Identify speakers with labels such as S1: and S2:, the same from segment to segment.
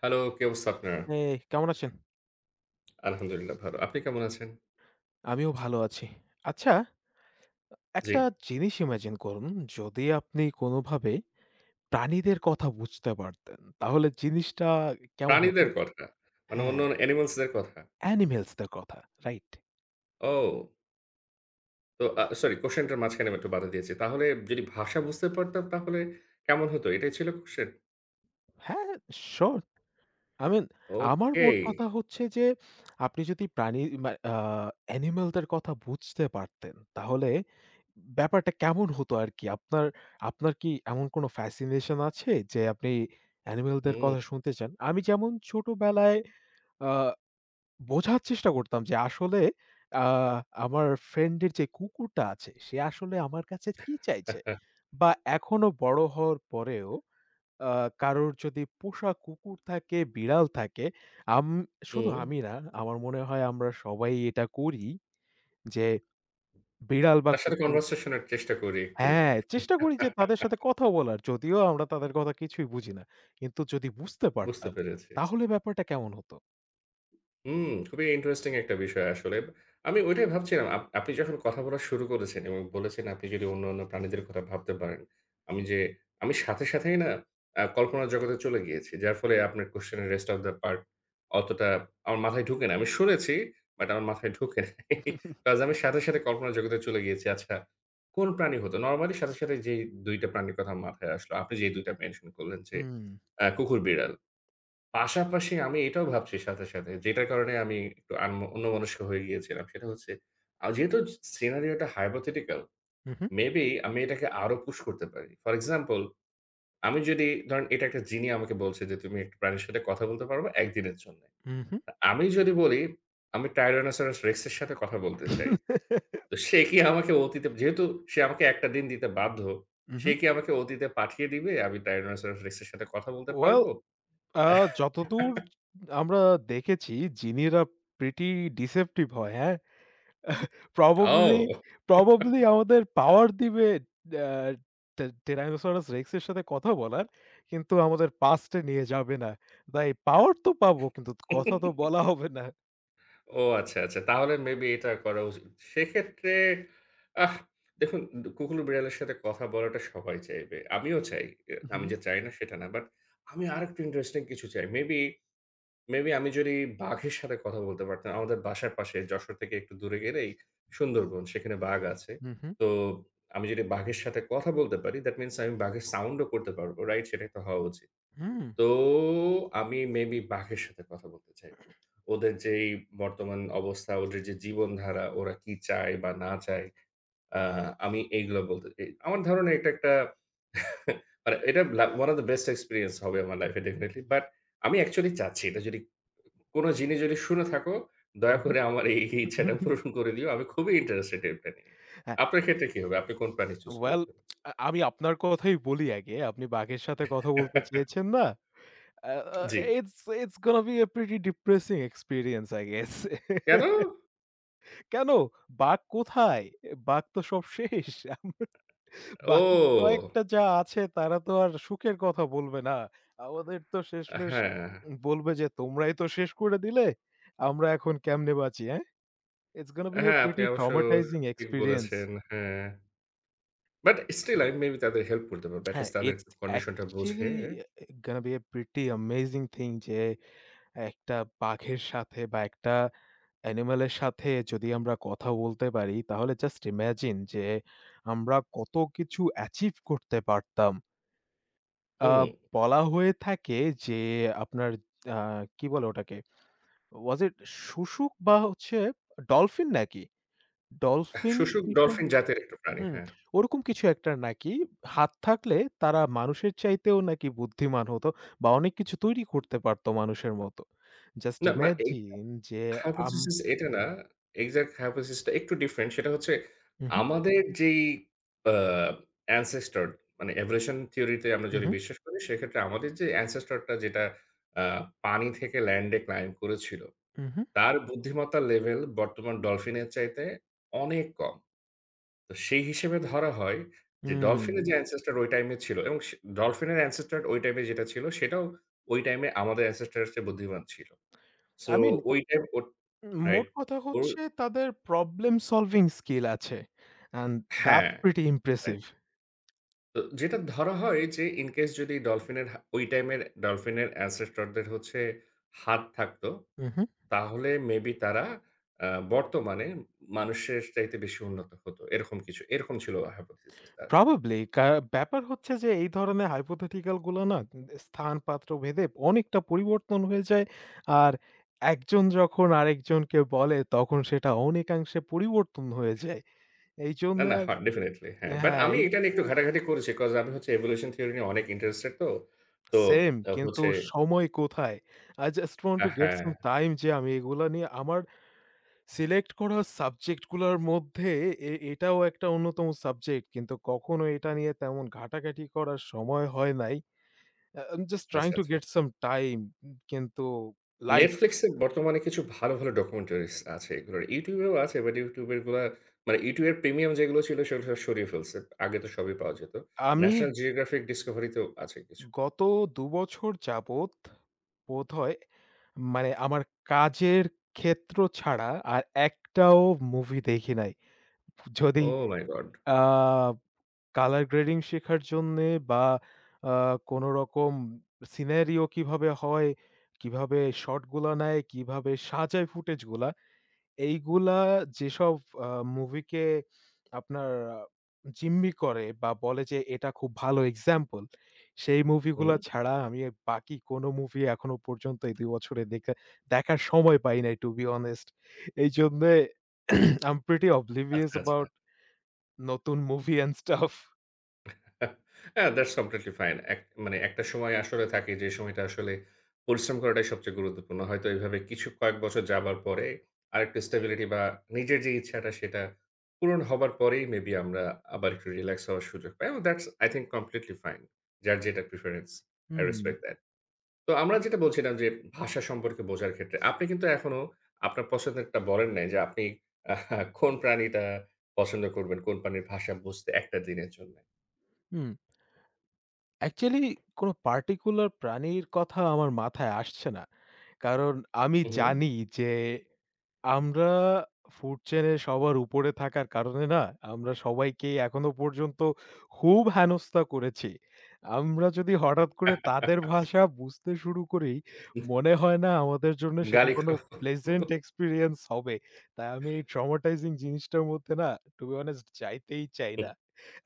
S1: Hello, কি অবস্থা আপনার?
S2: এই কেমন আছেন?
S1: আলহামদুলিল্লাহ ভালো। আপনি কেমন আছেন?
S2: আমিও ভালো আছি। আচ্ছা,
S1: জি।
S2: একটা জিনিস ইমাজিন করুন, যদি আপনি কোনোভাবে প্রাণীদের কথা বুঝতে পারতেন, তাহলে জিনিসটা কেমন হতো?
S1: প্রাণীদের কথা। মানে অন্য
S2: হ্যাঁ,
S1: অ্যানিমালস দের কথা।
S2: animals দের কথা, রাইট?
S1: ও! তো সরি কোয়েশ্চেন টার মাঝখানে আমি একটু বাধা দিয়েছি। তাহলে যদি ভাষা বুঝতে পারতাম তাহলে কেমন হতো? এটাই ছিল কোয়েশ্চেন?
S2: হ্যাঁ, শিওর। আই মিন আমার
S1: ওকে।
S2: মোট কথা হচ্ছে যে, আপনি যদি প্রাণী মা আ animal দের কথা বুঝতে পারতেন, তাহলে ব্যাপারটা কেমন হতো আরকি? আপনার আপনার কি এমন কোনো ফ্যাসিনেশন আছে যে আপনি অ্যানিমাল দের
S1: হুম।
S2: কথা শুনতে চান? আমি যেমন ছোটবেলায় আ বোঝার চেষ্টা করতাম যে আসলে আ আমার ফ্রেন্ডের যে কুকুরটা আছে সে আসলে আমার কাছে কি চাইছে? বা এখনো বড় হওয়ার পরেও আ কারোর যদি পোষা কুকুর থাকে, বিড়াল থাকে, আম শুধু
S1: হুম।
S2: আমি না, আমার মনে হয় আমরা সবাই এটা করি যে বিড়াল বা
S1: তার সাথে
S2: কুকুর।
S1: কনভারসেশন এর চেষ্টা করি একটু যে
S2: হ্যাঁ, চেষ্টা করি যে তাদের সাথে কথা বলার। যদিও আমরা তাদের কথা কিছুই বুঝি না। কিন্তু যদি বুঝতে
S1: বুঝতে
S2: পারতাম,
S1: পেরেছি।
S2: তাহলে ব্যাপারটা কেমন হতো?
S1: হুম, খুবই ইন্টারেস্টিং একটা বিষয় আসলে। আমি ওইটাই ভাবছিলাম আপনি যখন কথা বলা শুরু করেছেন এবং বলেছেন আপনি যদি অন্যান্য প্রাণীদের কথা ভাবতে পারেন। আমি যে আমি সাথে, সাথেই না কল্পনার জগতে চলে গিয়েছি। যার ফলে আপনার কোয়েশ্চেন এর রেস্ট অফ দ্য পার্ট অতটা আমার মাথায় ঢুকে না। আমি শুনেছি বাট আমার মাথায় ঢুকে নাই। কজ আমি সাথে, সাথে কল্পনার জগতে চলে গিয়েছি। আচ্ছা কোন প্রাণী হতো? নরমালি সাথে, সাথে যেই ২ টা প্রাণীর কথা মাথায় আসলো। আপনি যেই ২ টা মেনশন করলেন যে
S2: হুম,
S1: কুকুর, বিড়াল। পাশাপাশি আমি এটাও ভাবছি সাথে, সাথে যেটার কারণে আমি একটু অন্যমনস্ক হয়ে গিয়েছিলাম। সেটা হচ্ছে যেহেতু সিনারিও টা hypothetical,
S2: উহু,
S1: মেবি আমি এটাকে আরো পুশ করতে পারি। ফর এক্সাম্পল আমি যদি ধরেন এটা একটা জিনি আমাকে বলছে যে, "তুমি একটা প্রাণীর সাথে কথা বলতে পারবা ১ দিনের জন্যে।"
S2: উহু,
S1: আমি যদি বলি, "আমি Tyrannosaurus Rex এর সাথে কথা বলতে চাই।" তো সে কি আমাকে অতীতে যেহেতু সে আমাকে ১ টা দিন দিতে বাধ্য, সে
S2: উহু।
S1: কি আমাকে অতীতে পাঠিয়ে দিবে? আমি Tyrannosaurus Rex এর সাথে কথা বলতে পারব?
S2: ওয়েল আ যতদূর আমরা দেখেছি জিনিরা pretty deceptive হয়, হ্যাঁ? probably probably আমাদের পাওয়ার দিবে, আ টে Tyrannosaurus Rex এর সাথে কথা বলার, কিন্তু আমাদের past এ নিয়ে যাবে না। তাই পাওয়ার তো পাবো, কিন্তু
S1: ও!
S2: কথা তো বলা হবে না।
S1: ও আচ্ছা, আচ্ছা। তাহলে মেবি এটা করা উচিত। সেক্ষেত্রে আহ দেখুন কুকুর, বিড়ালের সাথে কথা বলাটা সবাই চাইবে। আমিও চাই। এ আমি
S2: হুম,
S1: যে চাই না সেটা না। বাট আমি আরেকটু ইন্টারেস্টিং কিছু চাই। মেবি আমি যদি বাঘের সাথে কথা বলতে পারতাম। আমাদের বাসার পাশে যশোর থেকে একটু দূরে গেলেই সুন্দরবন, সেখানে বাঘ আছে।
S2: হুম, হুম,
S1: তো আমি যদি বাঘের সাথে কথা বলতে পারি দ্যাট মিনস আমি বাঘের সাউন্ডও করতে পারবো। রাইট? সেটাই তো হওয়া উচিত।
S2: হুম,
S1: তো আমি মেবি বাঘের সাথে কথা বলতে চাইবো। ওদের যেই বর্তমান অবস্থা, ওদের যে জীবনধারা, ওরা কি চায় বা না চায়, আ আমি এইগুলো বলতে চাই। আমার ধারণা এটা একটা মানে এটা one of the best experience হবে আমার লাইফে ডেফিনিটলি। বাট আমি অ্যাকচুয়ালি চাচ্ছি এটা যদি কোন জিনিস যদি শুনে থাকো, দয়া
S2: হুম, হুম।
S1: করে আমার এই এই ইচ্ছাটা পূরণ করে দিও। আমি খুবই ইন্টারেস্টেড এটা নিয়ে।
S2: হ্যাঁ,
S1: আপনার ক্ষেত্রে কি হবে? আপনি কোন প্রাণী চুজ
S2: well,
S1: করবেন?
S2: আমি আপনার কথাই বলি আগে। আপনি বাঘের সাথে কথা বলতে চেয়েছেন না? আ আ
S1: জি।
S2: it's it's gonna be a pretty depressing experience I guess.
S1: কেন?
S2: কেন? বাঘ কোথায়? বাঘ তো সব শেষ। বাকি
S1: ও!
S2: কয়েকটা যা আছে তারা তো আর সুখের কথা বলবে না। আমাদের তো শেষমেষ
S1: হ্যাঁ।
S2: বলবে যে, "তোমরাই তো শেষ করে দিলে। আমরা এখন কেমনে বাঁচি, হ্যাঁ?" It's gonna be a
S1: হ্যাঁ, আপনি
S2: pretty
S1: অবশ্য
S2: traumatizing
S1: ঠিক
S2: experience.
S1: বলেছেন। হ্যাঁ। বাট স্টিল আমি মেবি তাদের হেল্প করতে পারব। এট
S2: হ্যাঁ,
S1: লিস্ট তাদের
S2: it's
S1: কন্ডিশনটা বুঝে
S2: actually uh, gonna be a pretty amazing thing যে একটা বাঘের সাথে বা একটা animal এর সাথে যদি আমরা কথা বলতে পারি তাহলে just imagine যে আমরা কত কিছু achieve করতে পারতাম। আ
S1: হুম,
S2: বলা হয়ে থাকে যে আপনার, আ কি বলে ওটাকে? Was it শুশুক বা হচ্ছে ডলফিন নাকি? ডলফিন
S1: শোষক
S2: কিংবা,
S1: ডলফিন জাতের একটা প্রাণী,
S2: হুম,
S1: হ্যাঁ।
S2: ওরকম কিছু একটা নাকি হাত থাকলে তারা মানুষের চাইতেও নাকি বুদ্ধিমান হতো বা অনেক কিছু তৈরি করতে পারতো মানুষের মতো। জাস্ট
S1: না বা এই
S2: ইমাজিন যে, আম
S1: hypothesis এটা না। এক্সাক্ট hypothesis টা একটু ডিফারেন্ট। সেটা হচ্ছে
S2: উহু,
S1: আমাদের যেই আ ancestor মানে এভোলিউশন থিওরিতে আমরা যদি
S2: উহু,
S1: বিশ্বাস করি, সেক্ষেত্রে আমাদের যে ancestor টা যেটা আ পানি থেকে ল্যান্ডে ক্লাইম্ব করেছিল,
S2: উহু,
S1: তার বুদ্ধিমত্তার লেভেল বর্তমান ডলফিনের চাইতে অনেক কম। তো সেই হিসেবে ধরা হয় যে
S2: হুম।
S1: ডলফিনের যে ancestor ওই টাইমে ছিল এবং সে ডলফিনের ancestor ওই টাইমে যেটা ছিল সেটাও ওই টাইমে আমাদের ancestor এর চেয়ে বুদ্ধিমান ছিল। সো
S2: আই মিন
S1: ওই টাইম ওট রাইট।
S2: মোট কথা
S1: ওর
S2: হচ্ছে তাদের প্রবলেম সলভিং স্কিল আছে। অ্যান্ড
S1: হ্যাঁ,
S2: দ্যাটস প্রিটি ইমপ্রেসিভ।
S1: রাইট। তো যেটা ধরা হয় যে ইন কেস যদি ডলফিনের ওই টাইমের ডলফিনের ancestor দের হচ্ছে হাত থাকতো
S2: উহু।
S1: তাহলে মেবি তারা আ বর্তমানে মানুষের চাইতে বেশি উন্নত হতো। এরকম কিছু। এরকম ছিল hypothesis টা আসলে।
S2: Probably কা ব্যাপার হচ্ছে যে এই ধরনের hypothetical গুলো না স্থান পাত্র ভেদে অনেকটা পরিবর্তন হয়ে যায়। আর একজন যখন আরেকজনকে বলে তখন সেটা অনেকাংশে পরিবর্তন হয়ে যায়।
S1: না,
S2: এইজন্য
S1: না, হয় ডেফিনিটলি হ্যাঁ। বাট
S2: হ্যাঁ,
S1: আমি এটা নিয়ে একটু ঘাটাঘাটি করেছি। কজ আমি হচ্ছে এভোলিউশন থিওরি নিয়ে অনেক ইন্টারেস্টেড তো। তো
S2: সেম,
S1: আ
S2: কিন্তু
S1: হচ্ছে
S2: সময় কোথায়? I just want
S1: a
S2: to get
S1: হ্যাঁ,
S2: some time, যে আমি এগুলা নিয়ে আমার সিলেক্ট করা সাবজেক্ট গুলার মধ্যে এটাও একটা অন্যতম সাবজেক্ট। কিন্তু কখনো এটা নিয়ে তেমন ঘাটাঘাটি করার সময় হয় নাই। I'm just
S1: আচ্ছা,
S2: trying to
S1: আচ্ছা।
S2: get some time, কিন্তু লাইফ,
S1: Netflix এ বর্তমানে কিছু ভালো, ভালো ডকুমেন্টারিস আছে এগুলোর। YouTube এও আছে বাট YouTube এর গুলা মানে YouTube এর প্রিমিয়াম যেগুলো ছিল সেগুলো সব সরিয়ে ফেলছে। আগে তো সবই পাওয়া যেত।
S2: আমি
S1: National Geographic Discovery তেও আছে কিছু।
S2: গত ২ বছর যাবৎ বোধহয়, মানে আমার কাজের ক্ষেত্র ছাড়া আর একটাও মুভি দেখি নাই। যদি
S1: Oh my God!
S2: আ কালার গ্রেডিং শেখার জন্যে বা আ কোনো রকম সিনারিও কিভাবে হয়, কিভাবে শট গুলা নেয়, কিভাবে সাজায় ফুটেজ গুলা, এইগুলা যেসব আ মুভিকে আপনার আ জিম্মি করে বা বলে যে এটা খুব ভালো এক্সাম্পল, সেই মুভিগুলা
S1: হুম,
S2: ছাড়া আমি আর বাকি কোনো মুভি এখনো পর্যন্ত এই ২ বছরে দেখার সময় পাই নাই টু বি অনেস্ট। এইজন্যে আই এম প্রিটি অবলিভিয়াস
S1: আচ্ছা, আচ্ছা।
S2: অ্যাবাউট নতুন মুভি অ্যান্ড স্টাফ।
S1: হ্যাঁ, that's completely fine. এক মানে একটা সময় আসলে থাকে যে সময়টা আসলে পরিশ্রম করাটাই সবচেয়ে গুরুত্বপূর্ণ। হয়তো এভাবে কিছু কয়েক বছর যাবার পরে আরেকটু স্টেবিলিটি বা নিজের যে ইচ্ছাটা সেটা পূরণ হবার পরেই মেবি আমরা আবার একটু রিল্যাক্স হওয়ার সুযোগ পাই। এবং that's I think completely fine. যার যেটা preference, I
S2: hmm,
S1: respect that. তো আমরা যেটা বলছিলাম যে ভাষা সম্পর্কে বোঝার ক্ষেত্রে আপনি কিন্তু এখনো আপনার পছন্দেরটা বলেন নাই যে আপনি কোন প্রাণীটা পছন্দ করবেন, কোন প্রাণীর ভাষা বুঝতে একটা দিনের জন্য?
S2: হুম। অ্যাকচুয়ালি কোনো পার্টিকুলার প্রাণীর কথা আমার মাথায় আসছে না। কারণ আমি
S1: উহু।
S2: জানি যে আমরা ফুড চেইনের সবার উপরে থাকার কারণে না, আমরা সবাইকেই এখনো পর্যন্ত খুব হেনস্থা করেছি। আমরা যদি হঠাৎ করে তাদের ভাষা বুঝতে শুরু করি, মনে হয় না আমাদের জন্য সেটা
S1: গালি
S2: কোনো
S1: খাওয়া।
S2: প্লেজেন্ট এক্সপেরিয়েন্স হবে। তাই আমি এই ট্রমাটাইজিং জিনিসটার মধ্যে না, to be honest, যাইতেই চাই না।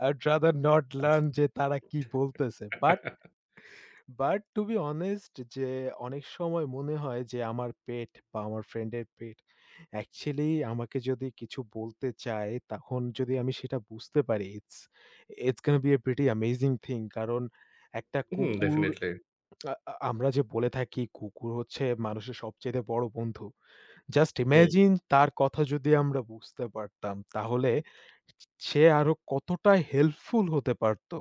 S2: I'd rather not
S1: আচ্ছা।
S2: learn যে তারা কি বলতেছে। বাট, to be honest, যে অনেক সময় মনে হয় যে আমার পেট বা আমার ফ্রেন্ডের পেট অ্যাকচুয়ালি আমাকে যদি কিছু বলতে চায়, তখন যদি আমি সেটা বুঝতে পারি, it's gonna be a pretty amazing thing. কারণ একটা
S1: হুম,
S2: কুকুর,
S1: ডেফিনিটলি।
S2: আ আ আমরা যে বলে থাকি কুকুর হচ্ছে মানুষের সবচাইতে বড় বন্ধু। জাস্ট
S1: হুম,
S2: ইমাজিন তার কথা যদি আমরা বুঝতে পারতাম, তাহলে সে আরো কতটা হেল্পফুল হতে পারত।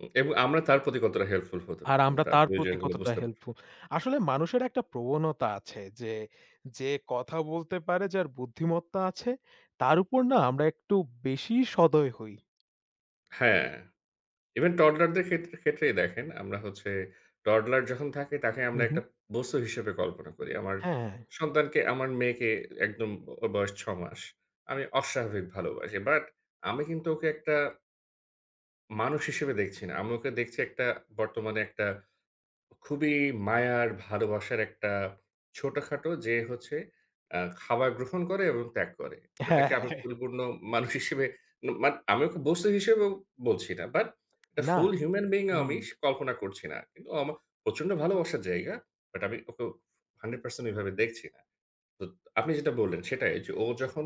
S1: হুম। এবং আমরা তার প্রতি কতটা হেল্পফুল হতে
S2: আর
S1: পারতাম।
S2: আমরা
S1: তার
S2: তার প্রতি
S1: প্রয়োজনগুলো
S2: কতটা
S1: বুঝতে পারতাম।
S2: হেল্পফুল। আসলে মানুষের একটা প্রবণতা আছে যে, যে কথা বলতে পারে, যার বুদ্ধিমত্তা আছে, তার উপর না আমরা একটু বেশি সদয় হই।
S1: হ্যাঁ, ইভেন টডলারদের ক্ষেত্রেই দেখেন আমরা হচ্ছে টডলার যখন থাকে তাকে
S2: হু,
S1: আমরা
S2: হু।
S1: একটা বস্তু হিসেবে কল্পনা করি। আমার
S2: হ্যাঁ, হ্যাঁ,
S1: সন্তানকে, আমার মেয়েকে একদম ওর বয়স ৬ মাস। আমি অস্বাভাবিক ভালোবাসি। বাট আমি কিন্তু ওকে একটা মানুষ হিসেবে দেখছি না। আমি ওকে দেখছি একটা বর্তমানে একটা খুবই মায়ার ভালোবাসার একটা ছোটখাটো যে হচ্ছে খাবার গ্রহণ করে এবং ত্যাগ করে।
S2: হ্যাঁ।
S1: ওটাকে আমি
S2: হ্যাঁ।
S1: পরিপূর্ণ মানুষ হিসেবে ন মান আমি ওকে বস্তু হিসেবেও বলছি না। বাট একটা
S2: না।
S1: ফুল হিউম্যান বিইং ও আমি
S2: হুম,
S1: কল্পনা করছি না। কিন্তু ও আমার প্রচন্ড ভালোবাসার জায়গা। বাট আমি ওকে 100% এভাবে দেখছি না। তো আপনি যেটা বললেন সেটাই যে ও যখন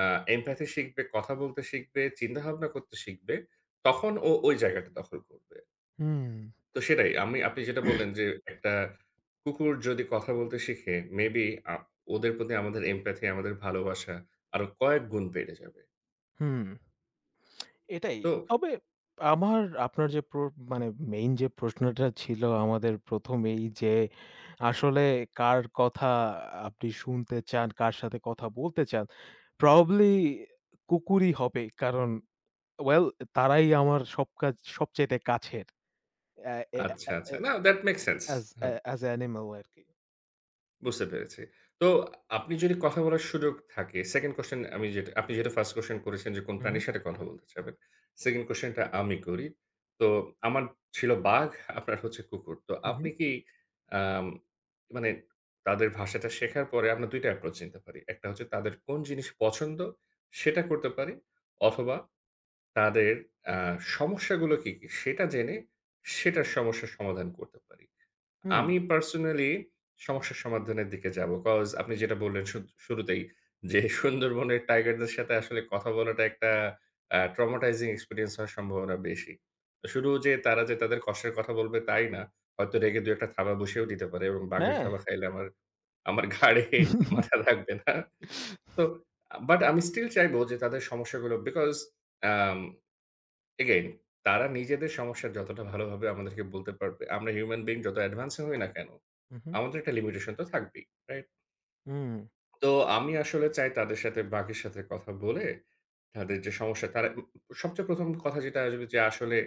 S1: আ এমপ্যাথি শিখবে, কথা বলতে শিখবে, চিন্তাভাবনা করতে শিখবে, তখন ও ওই জায়গাটা দখল করবে।
S2: হুম,
S1: তো সেটাই। আমি আপনি যেটা বললেন যে, একটা কুকুর যদি কথা বলতে শিখে, মেবি আ ওদের প্রতি আমাদের এমপ্যাথি, আমাদের ভালোবাসা আরো কয়েক গুণ বেড়ে যাবে।
S2: হুম। এটাই।
S1: তো
S2: তবে আমার, আপনার যে প্র মানে মেইন যে প্রশ্নটা ছিল আমাদের ১ম, এই যে আসলে কার কথা আপনি শুনতে চান, কার সাথে কথা বলতে চান? প্রবাবলি কুকুরই হবে। কারণ ওয়েল তারাই আমার সব কাজ সবচাইতে কাছের। অ্যা এ এ
S1: আচ্ছা, আচ্ছা।
S2: এ
S1: না, that makes sense.
S2: As a
S1: হ্যাঁ।
S2: অ্যানিমাল আরকি।
S1: বুঝতে পেরেছি। তো আপনি যদি কথা বলার সুযোগ থাকে, 2nd কোয়েশ্চেন আমি যেটা আপনি যেটা 1st কোয়েশ্চেন করেছেন যে কোন
S2: উহু,
S1: প্রাণীর সাথে কথা বলতে চাবেন। 2nd কোয়েশ্চেনটা আমি করি। তো আমার ছিল বাঘ, আপনার হচ্ছে কুকুর। তো আপনি
S2: উহু,
S1: কি আম মানে তাদের ভাষাটা শেখার পরে আমরা ২ টা অ্যাপ্রোচ নিতে পারি। একটা হচ্ছে তাদের কোন জিনিস পছন্দ সেটা করতে পারি অথবা তাদের আ সমস্যাগুলো কী, কী সেটা জেনে সেটার সমস্যার সমাধান করতে পারি।
S2: হুম। হুম।
S1: আমি পার্সোনালি সমস্যার সমাধানের দিকে যাবো। 'কজ আপনি যেটা বললেন শুরুতেই যে, সুন্দরবনের টাইগারদের সাথে আসলে কথা বলাটা একটা traumatizing এক্সপেরিয়েন্স হওয়ার সম্ভাবনা বেশি। শুধু যে তারা যে তাদের কষ্টের কথা বলবে তাই না, হয়তো রেগে ২ ১ টা থাবা বসিয়েও দিতে পারে এবং বাঘের
S2: হ্যাঁ।
S1: থাবা খাইলে আমার আমার ঘাড়ে মাথা লাগবে না। তো বাট আমি স্টিল চাইবো যে তাদের সমস্যাগুলো বিকজ আম এগেইন তারা নিজেদের সমস্যা যতটা ভালোভাবে আমাদেরকে বলতে পারবে, আমরা হিউম্যান বিইং যত অ্যাডভান্স হই না কেন,
S2: উহু,
S1: আমাদের একটা লিমিটেশন তো থাকবেই, রাইট?
S2: হুম,
S1: তো আমি আসলে চাই তাদের সাথে বাঘের সাথে কথা বলে তাদের যে সমস্যা তারা সবচেয়ে ১ম কথা যেটা আসবে যে আসলে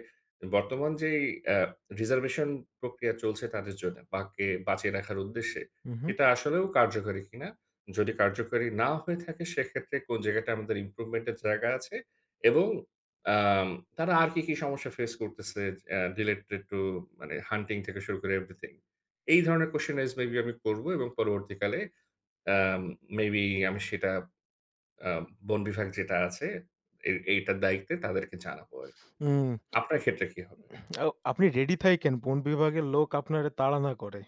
S1: বর্তমান যেই অ্যা রিজার্ভেশন প্রক্রিয়া চলছে তাদের জন্য বাঁচিয়ে রাখার উদ্দেশ্যে,
S2: উহু,
S1: সেটা আসলেও কার্যকরী কিনা? যদি কার্যকরী না হয়ে থাকে সেক্ষেত্রে কোন জায়গাটা আমাদের ইমপ্রুভমেন্ট এর জায়গা আছে এবং আম তারা আর কি, কি সমস্যা ফেস করতেছে রিলেটেড টু মানে হান্টিং থেকে শুরু করে এভরিথিং। এই ধরনের কোয়েশ্চেন রাইজ মেবি আমি করব এবং পরবর্তীকালে আম মেবি আমি সেটা আ বন বিভাগ যেটা আছে এইটার দায়িত্বে তাদেরকে জানাবো আরকি।
S2: হুম।
S1: আপনার ক্ষেত্রে কি হবে?
S2: আও আপনি রেডি থাইকেন বন বিভাগের লোক আপনারে তাড়া না করে।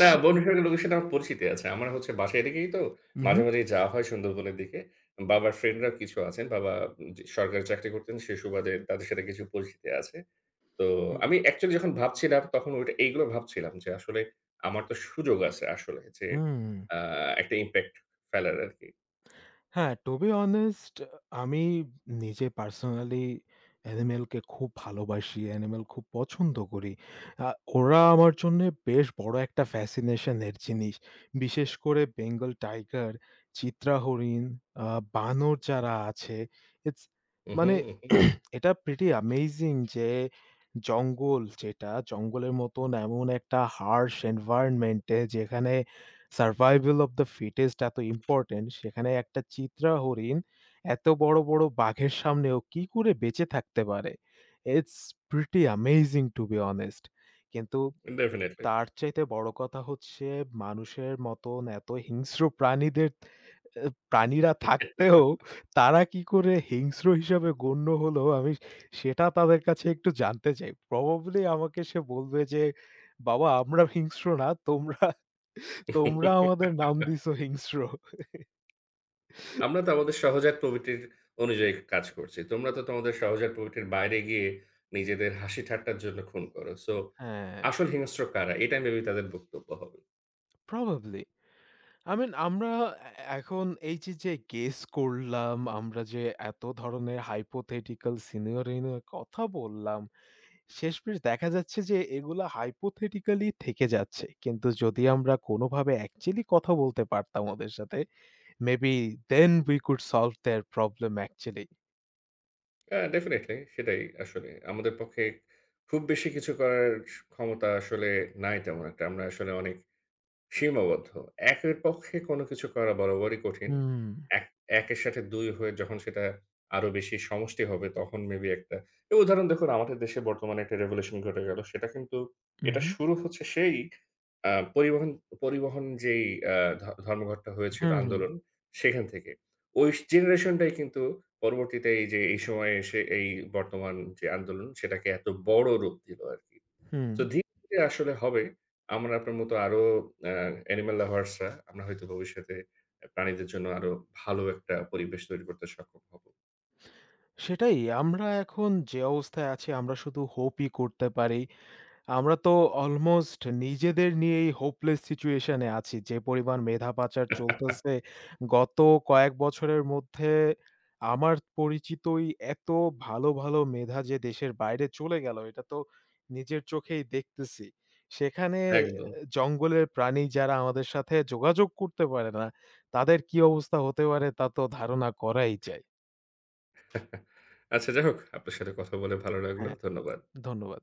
S1: না বন বিভাগের লোকের সাথে আমার পরিচিতি আছে। আমার হচ্ছে বাসায় এদিকেই তো মাঝে,
S2: উহু,
S1: মাঝেই যাওয়া হয় সুন্দরবনের দিকে। বাবার ফ্রেন্ডরা কিছু আছেন। বাবা যে সরকারি চাকরি করতেন সে সুবাদে তাদের সাথে কিছু পরিচিতি আছে। তো আমি অ্যাকচুয়ালি যখন ভাবছিলাম তখন ওইটা এইগুলো ভাবছিলাম যে আসলে আমার তো সুযোগ আছে আসলে যে
S2: হুম।
S1: আ একটা ইমপ্যাক্ট ফেলার আরকি।
S2: হ্যাঁ, টু বি অনেস্ট, আমি নিজে পার্সোনালি অ্যানিমেলকে খুব ভালোবাসি, অ্যানিমেল খুব পছন্দ করি। আ ওরা আমার জন্যে বেশ বড় একটা ফ্যাসিনেশন এর জিনিস। বিশেষ করে বেঙ্গল টাইগার, চিত্রা হরিণ, আ বানর যারা আছে, ইটস
S1: উহু,
S2: মানে
S1: উহু,
S2: এটা প্রিটি অ্যামেজিং যে জঙ্গল যেটা, জঙ্গলের মতন এমন একটা harsh environment এ যেখানে সারভাইভাল অফ দ্য ফিটেস্ট এত ইম্পোর্টেন্ট, সেখানে একটা চিত্রা হরিণ এত বড়, বড় বাঘের সামনেও কি করে বেঁচে থাকতে পারে? It's pretty amazing to be honest. কিন্তু
S1: ডেফিনিটলি।
S2: তার চাইতে বড় কথা হচ্ছে মানুষের মতন এত হিংস্র প্রাণীদের, এ প্রাণীরা থাকতেও তারা কি করে হিংস্র হিসাবে গণ্য হলো, আমি সেটা তাদের কাছে একটু জানতে চাই। প্রবাবলি আমাকে সে বলবে যে, "বাবা আমরা হিংস্র না, তোমরা তোমরা আমাদের নাম দিছো হিংস্র।"
S1: আমরা তো আমাদের সহজাত প্রবৃত্তির অনুযায়ী কাজ করছি। তোমরা তো তোমাদের সহজাত প্রবৃত্তির বাইরে গিয়ে নিজেদের হাসি ঠাট্টার জন্য খুন করো। সো
S2: হ্যাঁ,
S1: আসল হিংস্র কারা? এটা মেবি তাদের বক্তব্য হবে।
S2: প্রবাবলি। আই মিন আমরা, এ এখন এই যে, যে গেস করলাম, আমরা যে এত ধরনের hypothetical scenario নিয়ে কথা বললাম, শেষমেশ দেখা যাচ্ছে যে এগুলা hypothetically থেকে যাচ্ছে। কিন্তু যদি আমরা কোনোভাবে অ্যাকচুয়ালি কথা বলতে পারতাম ওদের সাথে, maybe then we could solve their problem actually.
S1: হ্যাঁ, ডেফিনিটলি সেটাই আসলে। আমাদের পক্ষে খুব বেশি কিছু করার ক্ষমতা আসলে নাই তেমন একটা। আমরা আসলে অনেক সীমাবদ্ধ। একের পক্ষে কোনো কিছু করা বরাবরই কঠিন।
S2: হুম,
S1: এক ১ এর সাথে ২ হয়ে যখন সেটা আরো বেশি সমষ্টি হবে তখন মেবি একটা এই উদাহরণ দেখুন আমাদের দেশে বর্তমানে একটা রেভোলিউশন ঘটে গেল। সেটা কিন্তু
S2: হুম,
S1: এটা
S2: হুম।
S1: শুরু হচ্ছে সেই পরিবহন পরিবহন যেই আ ধ ধর্মঘটটা হয়েছিল
S2: হুম, হুম,
S1: আন্দোলন সেখান থেকে। ওই জেনারেশনটাই কিন্তু পরবর্তীতে এই যে এই সময়ে এসে এই বর্তমান যে আন্দোলন সেটাকে এত বড় রূপ দিল আরকি।
S2: হুম।
S1: তো ধীরে, ধীরে আসলে হবে। আমরা আপনার মতো আরো আ অ্যানিমাল লাভার্স রা আমরা হয়তো ভবিষ্যতে প্রাণীদের জন্য আরো ভালো একটা পরিবেশ তৈরি করতে সক্ষম হব।
S2: সেটাই। আমরা এখন যে অবস্থায় আছি, আমরা শুধু হোপই করতে পারি। আমরা তো অলমোস্ট নিজেদের নিয়েই হোপলেস সিচুয়েশন এ আছি। যে পরিমাণ মেধা পাচার চলতেছে, গত কয়েক বছরের মধ্যে আমার পরিচিতই এত ভালো, ভালো মেধা যে দেশের বাইরে চলে গেল, এটা তো নিজের চোখেই দেখতেছি। সেখানে
S1: একদম।
S2: জঙ্গলের প্রাণী যারা আমাদের সাথে যোগাযোগ করতে পারে না, তাদের কি অবস্থা হতে পারে তা তো ধারণা করাই যায়।
S1: আচ্ছা যাই হোক, আপনার সাথে কথা বলে ভালো লাগলো।
S2: হ্যাঁ,
S1: ধন্যবাদ।
S2: ধন্যবাদ।